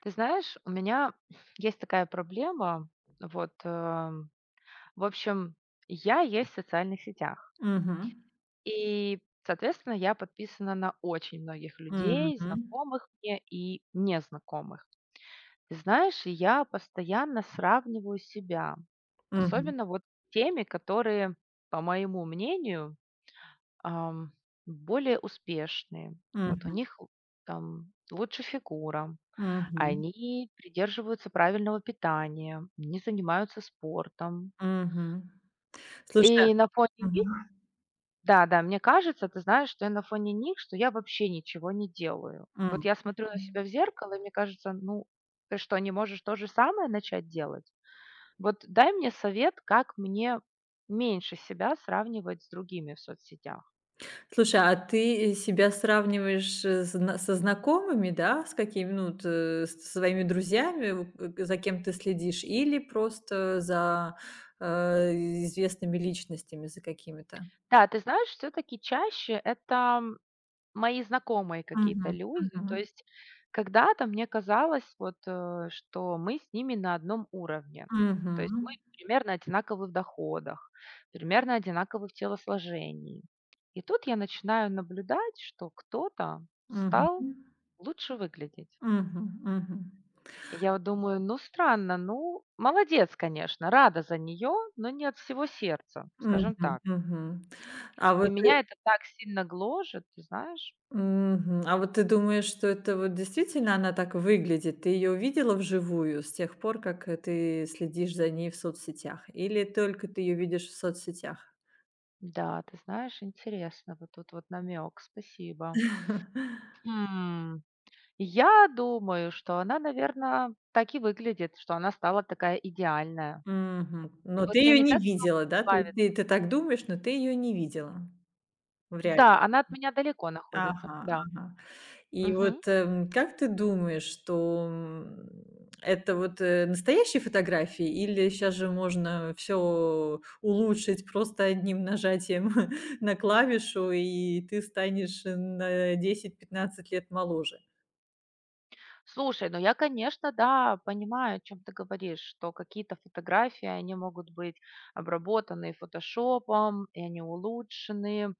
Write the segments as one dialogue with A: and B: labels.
A: Ты знаешь, у меня есть такая проблема. Вот, эм, в общем, я есть в социальных сетях.
B: Мгм.
A: И, соответственно, я подписана на очень многих людей,
B: Мгм.
A: знакомых мне и незнакомых. Ты знаешь, и я постоянно сравниваю себя,
B: Мгм.
A: особенно вот с теми, которые, по моему мнению, ам, более успешные. Вот у
B: Мгм.
A: них там лучше фигура,
B: Мгм.
A: они придерживаются правильного питания, не занимаются спортом.
B: Мгм. Слушай,
A: И на
B: а
A: фоне них
B: Мгм.
A: да-да, мне кажется, ты знаешь, что я на фоне них, что я вообще ничего не делаю. Вот
B: М.
A: я смотрю на
B: Мгм.
A: себя в зеркало, и мне кажется, ну, ты что, не можешь то же самое начать делать? Вот дай мне совет, как мне меньше себя сравнивать с другими в соцсетях.
B: Слушай, а ты себя сравниваешь, э, зна со знакомыми, да, с какими, ну, вот, с своими друзьями, у к за кем ты следишь, или просто за, э, известными личностями, за какими-то?
A: Да, ты знаешь, все-таки чаще это мои знакомые
B: Мгм.
A: какие-то люди. То
B: Мгм.
A: есть когда-то мне казалось, что мы с ними на одном уровне. То есть мы
B: Мгм.
A: примерно одинаковы в доходах, примерно одинаковы в телосложении. И тут я начинаю наблюдать, что кто-то стал
B: Мгм.
A: лучше выглядеть.
B: Мгм. Мгм.
A: И я вот думаю, ну странно, ну молодец, конечно, рада за нее, но не от всего сердца, скажем
B: Мгм.
A: так.
B: Мгм. А
A: И
B: вот э,
A: меня это так сильно гложет, ты знаешь.
B: Мгм. А вот ты думаешь, что это вот действительно она так выглядит? Ты ее увидела вживую с тех пор, как, ты следишь за ней в соцсетях? Или только ты ее видишь в соцсетях?
A: Да, ты знаешь, интересно. Вот тут вот намек, спасибо. Хм. Я думаю, что она, наверное, так и выглядит, что она стала такая идеальная.
B: Мгм.
A: И
B: Но ты
A: вот я
B: ее не
A: никак не могу
B: видела, да? То
A: избавиться.
B: есть ты так думаешь, но ты ее не видела в
A: Да,
B: реальности?
A: она от меня далеко находится,
B: Ага,
A: да.
B: ага. И вот,
A: Мгм.
B: как ты думаешь, что, это вот, настоящие фотографии или сейчас же можно все улучшить просто одним нажатием на клавишу, и ты станешь на 10-15 лет моложе?
A: Слушай, ну я, конечно, да, понимаю, о чем ты говоришь, что какие-то фотографии, они могут быть обработаны фотошопом, и они улучшены,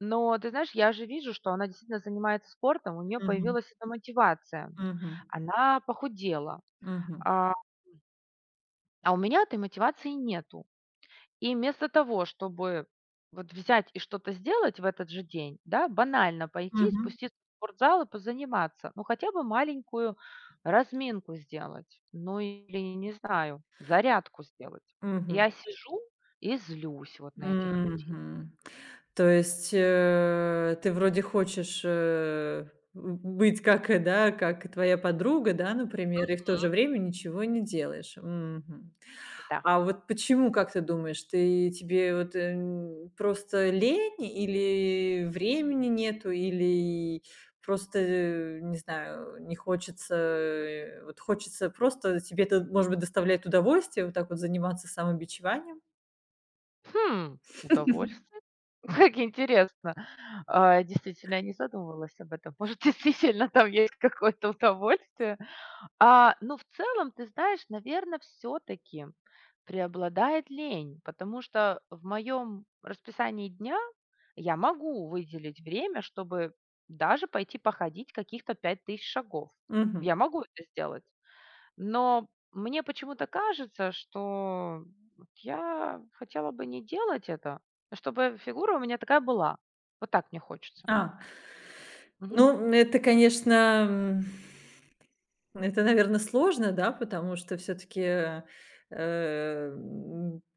A: но ты знаешь, я же вижу, что она действительно занимается спортом, у нее
B: Мгм.
A: появилась эта мотивация.
B: Мгм.
A: Она похудела,
B: Мгм.
A: а, а у меня этой мотивации нету. И вместо того, чтобы вот взять и что-то сделать в этот же день, да, банально пойти,
B: Мгм.
A: спуститься в спортзал и позаниматься, ну хотя бы маленькую разминку сделать, ну или, не знаю, зарядку сделать.
B: Мгм.
A: Я сижу и злюсь вот на этих людей.
B: Мгм. То есть, ты вроде хочешь, быть как, да, как твоя подруга, да, например, и в то
A: Мгм.
B: же время ничего не делаешь. Мгм.
A: Да.
B: А вот почему, как ты думаешь, ты тебе вот, просто лень или времени нету, или просто, не знаю, не хочется, вот хочется просто тебе это, может быть, доставляет удовольствие вот так вот заниматься самобичеванием?
A: Хм, удовольствие. Как интересно. А, действительно, я не задумывалась об этом. Может, действительно там есть какое-то удовольствие. А, ну, в целом, ты знаешь, наверное, все-таки преобладает лень, потому что в моем расписании дня я могу выделить время, чтобы даже пойти походить каких-то 5000 шагов.
B: Мгм.
A: Я могу это сделать. Но мне почему-то кажется, что вот я хотела бы не делать это, а чтобы фигура у меня такая была. Вот так мне хочется.
B: А.
A: Мгм.
B: Ну, это, конечно, это, наверное, сложно, да, потому что все таки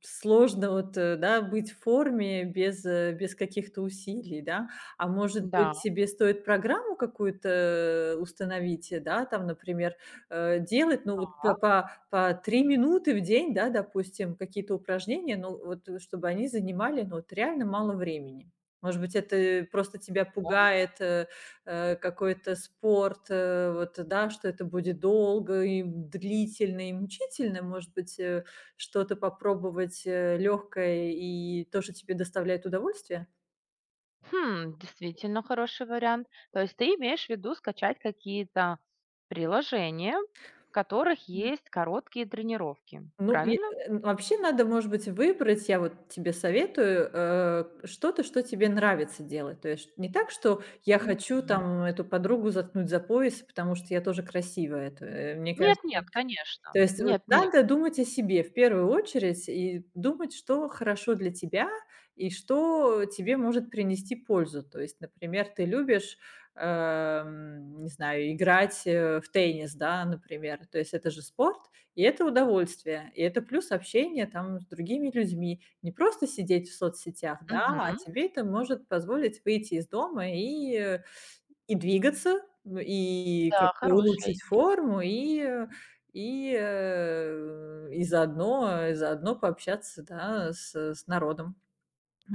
B: сложно вот, да, быть в форме без каких-то усилий, да. А может быть,
A: Да.
B: себе стоит программу какую-то установить, да, там, например, делать, ну, вот по 3 минуты в день, да, допустим, какие-то упражнения, ну, вот, чтобы они занимали, ну, вот реально мало времени. Может быть, это просто тебя
A: О.
B: пугает, какой-то спорт, вот, да, что это будет долго и длительно, и мучительно, может быть, что-то попробовать легкое и то, что тебе доставляет удовольствие?
A: Хм, действительно хороший вариант. То есть ты имеешь в виду скачать какие-то приложения, в которых есть короткие тренировки,
B: Ну, и,
A: правильно?
B: вообще надо, может быть, выбрать, я вот тебе советую, что-то, что тебе нравится делать. То есть не так, что я хочу
A: Мгм.
B: там эту подругу заткнуть за пояс, потому что я тоже красивая. Это, мне
A: Нет,
B: кажется.
A: нет, конечно.
B: То есть вот
A: Нет, нет.
B: надо думать о себе в первую очередь и думать, что хорошо для тебя и что тебе может принести пользу. То есть, например, ты любишь, не знаю, играть, в теннис, да, например. То есть это же спорт, и это удовольствие, и это плюс общение там с другими людьми. Не просто сидеть в соцсетях, да, а
A: Мгм.
B: тебе это может позволить выйти из дома и двигаться, и
A: Да,
B: как-то
A: хорошая
B: улучшить
A: идея.
B: форму, и заодно пообщаться, да, с народом.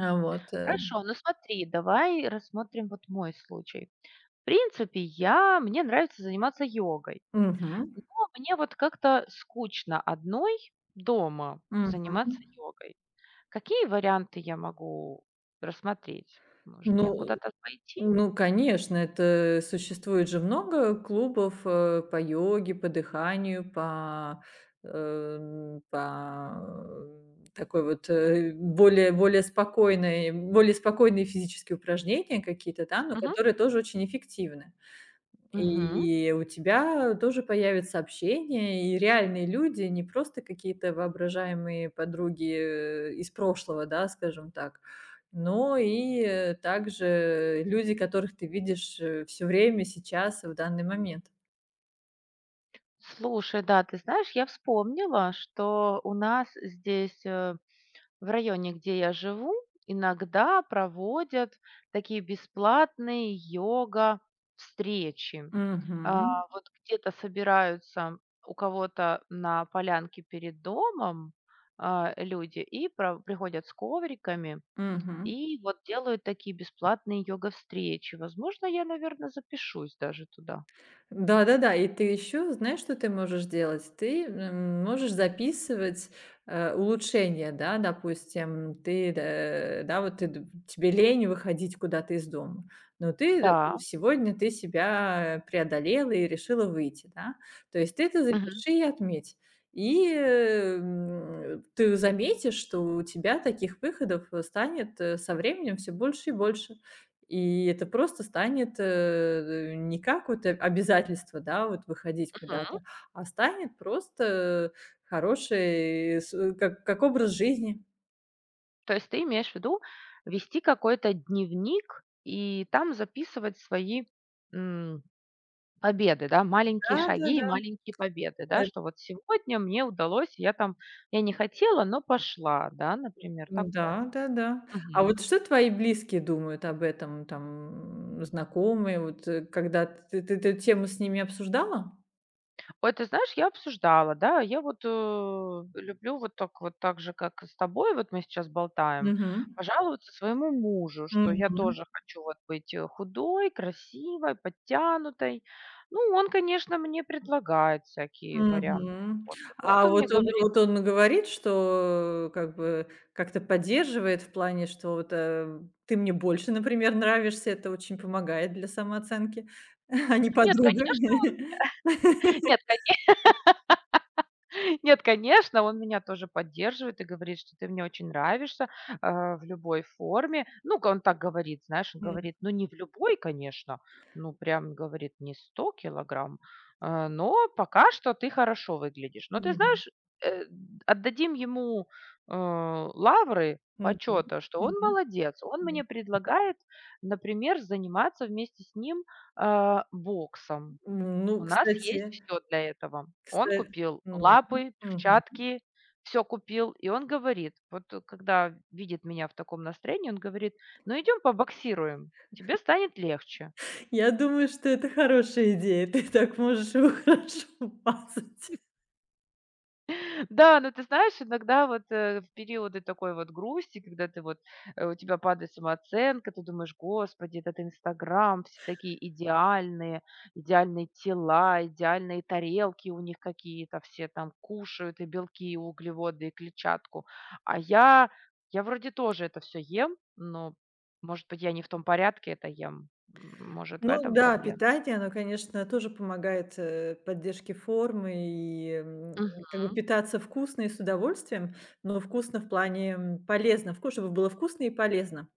B: А, вот,
A: Хорошо, ну смотри, давай рассмотрим вот мой случай. В принципе, я мне нравится заниматься йогой,
B: Мгм.
A: но мне вот как-то скучно одной дома
B: Мгм.
A: заниматься йогой. Какие варианты я могу рассмотреть? Может, мне
B: Ну
A: куда-то пойти?
B: ну, конечно, это существует же много клубов, по йоге, по дыханию, по такой вот, более спокойной более спокойные физические упражнения какие-то, да, но
A: Мгм.
B: которые тоже очень эффективны.
A: Мгм.
B: И у тебя тоже появится общение, и реальные люди, не просто какие-то воображаемые подруги, из прошлого, да, скажем так, но и, также люди, которых ты видишь, все время, сейчас и в данный момент.
A: Слушай, да, ты знаешь, я вспомнила, что у нас в районе, где я живу, иногда проводят такие бесплатные йога-встречи.
B: Мгм,
A: Вот где-то собираются у кого-то на полянке перед домом люди и приходят с ковриками
B: мгм.
A: и вот делают такие бесплатные йога-встречи. Возможно, я, наверное, запишусь даже туда.
B: Да-да-да, и ты еще знаешь, что ты можешь делать? Ты, можешь записывать, улучшения, да, допустим, ты, да, да, вот ты д тебе лень выходить куда-то из дома, но ты, допустим,
A: Да.
B: сегодня ты себя преодолела и решила выйти, да. То есть ты это
A: Мгм.
B: запиши и отметь. И, ты заметишь, что у тебя таких выходов, станет, со временем все больше и больше. И это просто станет, не как вот обязательство, да, вот выходить куда-то, а станет просто хороший как образ жизни.
A: То есть ты имеешь в виду вести какой-то дневник и там записывать свои, м, победы, да, маленькие шаги и
B: Да-да-да.
A: маленькие победы, да,
B: Эт
A: что вот сегодня мне удалось, я там, я не хотела, но пошла, да, например, такое.
B: да-да-да. А вот что твои близкие думают об этом, там, знакомые? Вот, когда ты эту тему с ними обсуждала?
A: Ой, ты знаешь, я обсуждала, да. Люблю вот так вот так же, как и с тобой, вот мы сейчас болтаем,
B: Мгм.
A: пожаловаться своему мужу, что я
B: Мгм.
A: тоже хочу вот быть худой, красивой, подтянутой. Ну, он, конечно, мне предлагает всякие варианты,
B: Мгм.
A: способы. Вот
B: А
A: он мне
B: вот он
A: говорит:
B: вот он говорит, что как бы как-то поддерживает в плане, что вот, ты мне больше, например, нравишься, это очень помогает для самооценки, а не
A: "Нет,
B: подруга.
A: конечно, он нет, кон" Нет, конечно, он меня тоже поддерживает и говорит, что ты мне очень нравишься, в любой форме. Ну он так говорит, знаешь, он говорит,
B: М,
A: ну не в любой, конечно, ну прям говорит, не 100 килограмм, но пока что ты хорошо выглядишь. Но ты
B: мгм,
A: знаешь, э, отдадим ему, лавры
B: мгм,
A: почета, что он
B: мгм,
A: молодец. Он мне
B: м.
A: предлагает, например, заниматься вместе с ним, боксом. У
B: Ну,
A: нас есть
B: кстати,
A: все для этого. Он
B: кстати,
A: купил
B: ну,
A: лапы,
B: мгм.
A: перчатки, все купил. И он говорит, когда видит меня в таком настроении, он говорит: "Ну, идем побоксируем, тебе станет легче".
B: Я думаю, что это хорошая идея. Ты так можешь его хорошо мазать.
A: Да, но ты знаешь, иногда в периоды такой вот грусти, когда ты у тебя падает самооценка, ты думаешь: "Господи, этот Инстаграм, все такие идеальные, идеальные тела, идеальные тарелки у них какие-то, все там кушают и белки, и углеводы, и клетчатку. А я вроде тоже это все ем, но, может быть, я не в том порядке это ем. М, может, в
B: Ну
A: этом
B: да,
A: проблема?"
B: питание, оно, конечно, тоже помогает, поддержке формы и, как бы питаться вкусно и с удовольствием, но вкусно в плане, полезно, вкус, чтобы было вкусно и полезно.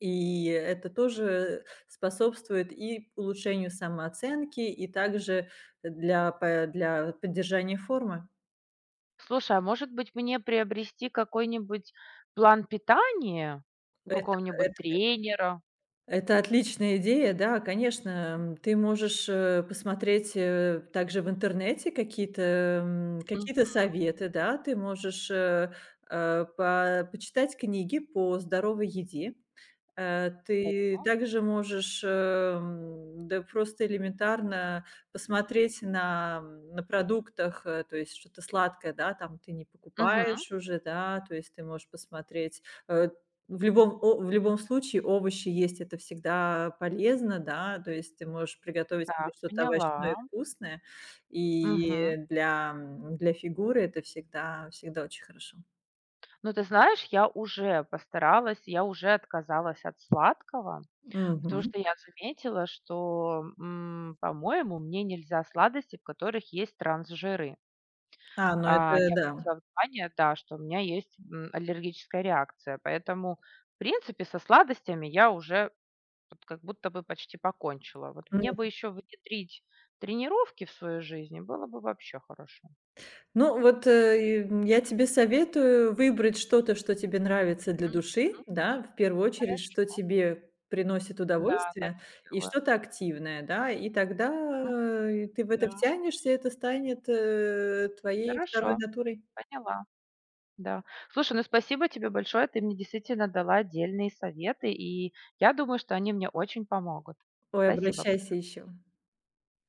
B: И это тоже способствует и улучшению самооценки, и также для поддержания формы.
A: Слушай, а может быть, мне приобрести какой-нибудь план питания у какого-нибудь
B: это
A: тренера?
B: Это отличная идея, да, конечно. М, ты можешь, посмотреть, также в интернете какие-то, какие-то
A: Мгм.
B: советы, да. Ты можешь, по почитать книги по здоровой еде.
A: О,
B: Ты также можешь, да просто элементарно посмотреть на продуктах, то есть что-то сладкое, да, там ты не
A: мгм.
B: покупаешь уже, да, то есть ты можешь посмотреть, в любом случае овощи есть- это всегда полезно, да, то есть ты можешь приготовить себе
A: Так,
B: что-то овощное
A: поняла.
B: и вкусное,
A: Мгм.
B: и для фигуры это всегда очень хорошо.
A: Ну, ты знаешь, я уже постаралась, я уже отказалась от сладкого, потому
B: Мгм.
A: что я заметила, что, по-моему, мне нельзя сладости, в которых есть трансжиры.
B: А, ну это
A: Я
B: да.
A: обратила внимание, да, что у меня есть, аллергическая реакция, поэтому, в принципе, со сладостями я уже вот как будто бы почти покончила. Вот мне бы еще внедрить тренировки в свою жизнь, было бы вообще хорошо.
B: Ну, вот, я тебе советую выбрать что-то, что тебе нравится для
A: М,
B: души, да, в первую очередь,
A: Хорошо.
B: что тебе приносит
A: Да, так
B: удовольствие,
A: и
B: и
A: сделаю.
B: что-то активное, да, и тогда,
A: М,
B: ты в это
A: да,
B: втянешься, и это станет, твоей второй
A: хорошо,
B: натурой.
A: поняла. Да. Слушай, ну спасибо тебе большое. Ты мне действительно дала отдельные советы, и я думаю, что они мне очень помогут.
B: Ой,
A: Спасибо.
B: обращайся еще.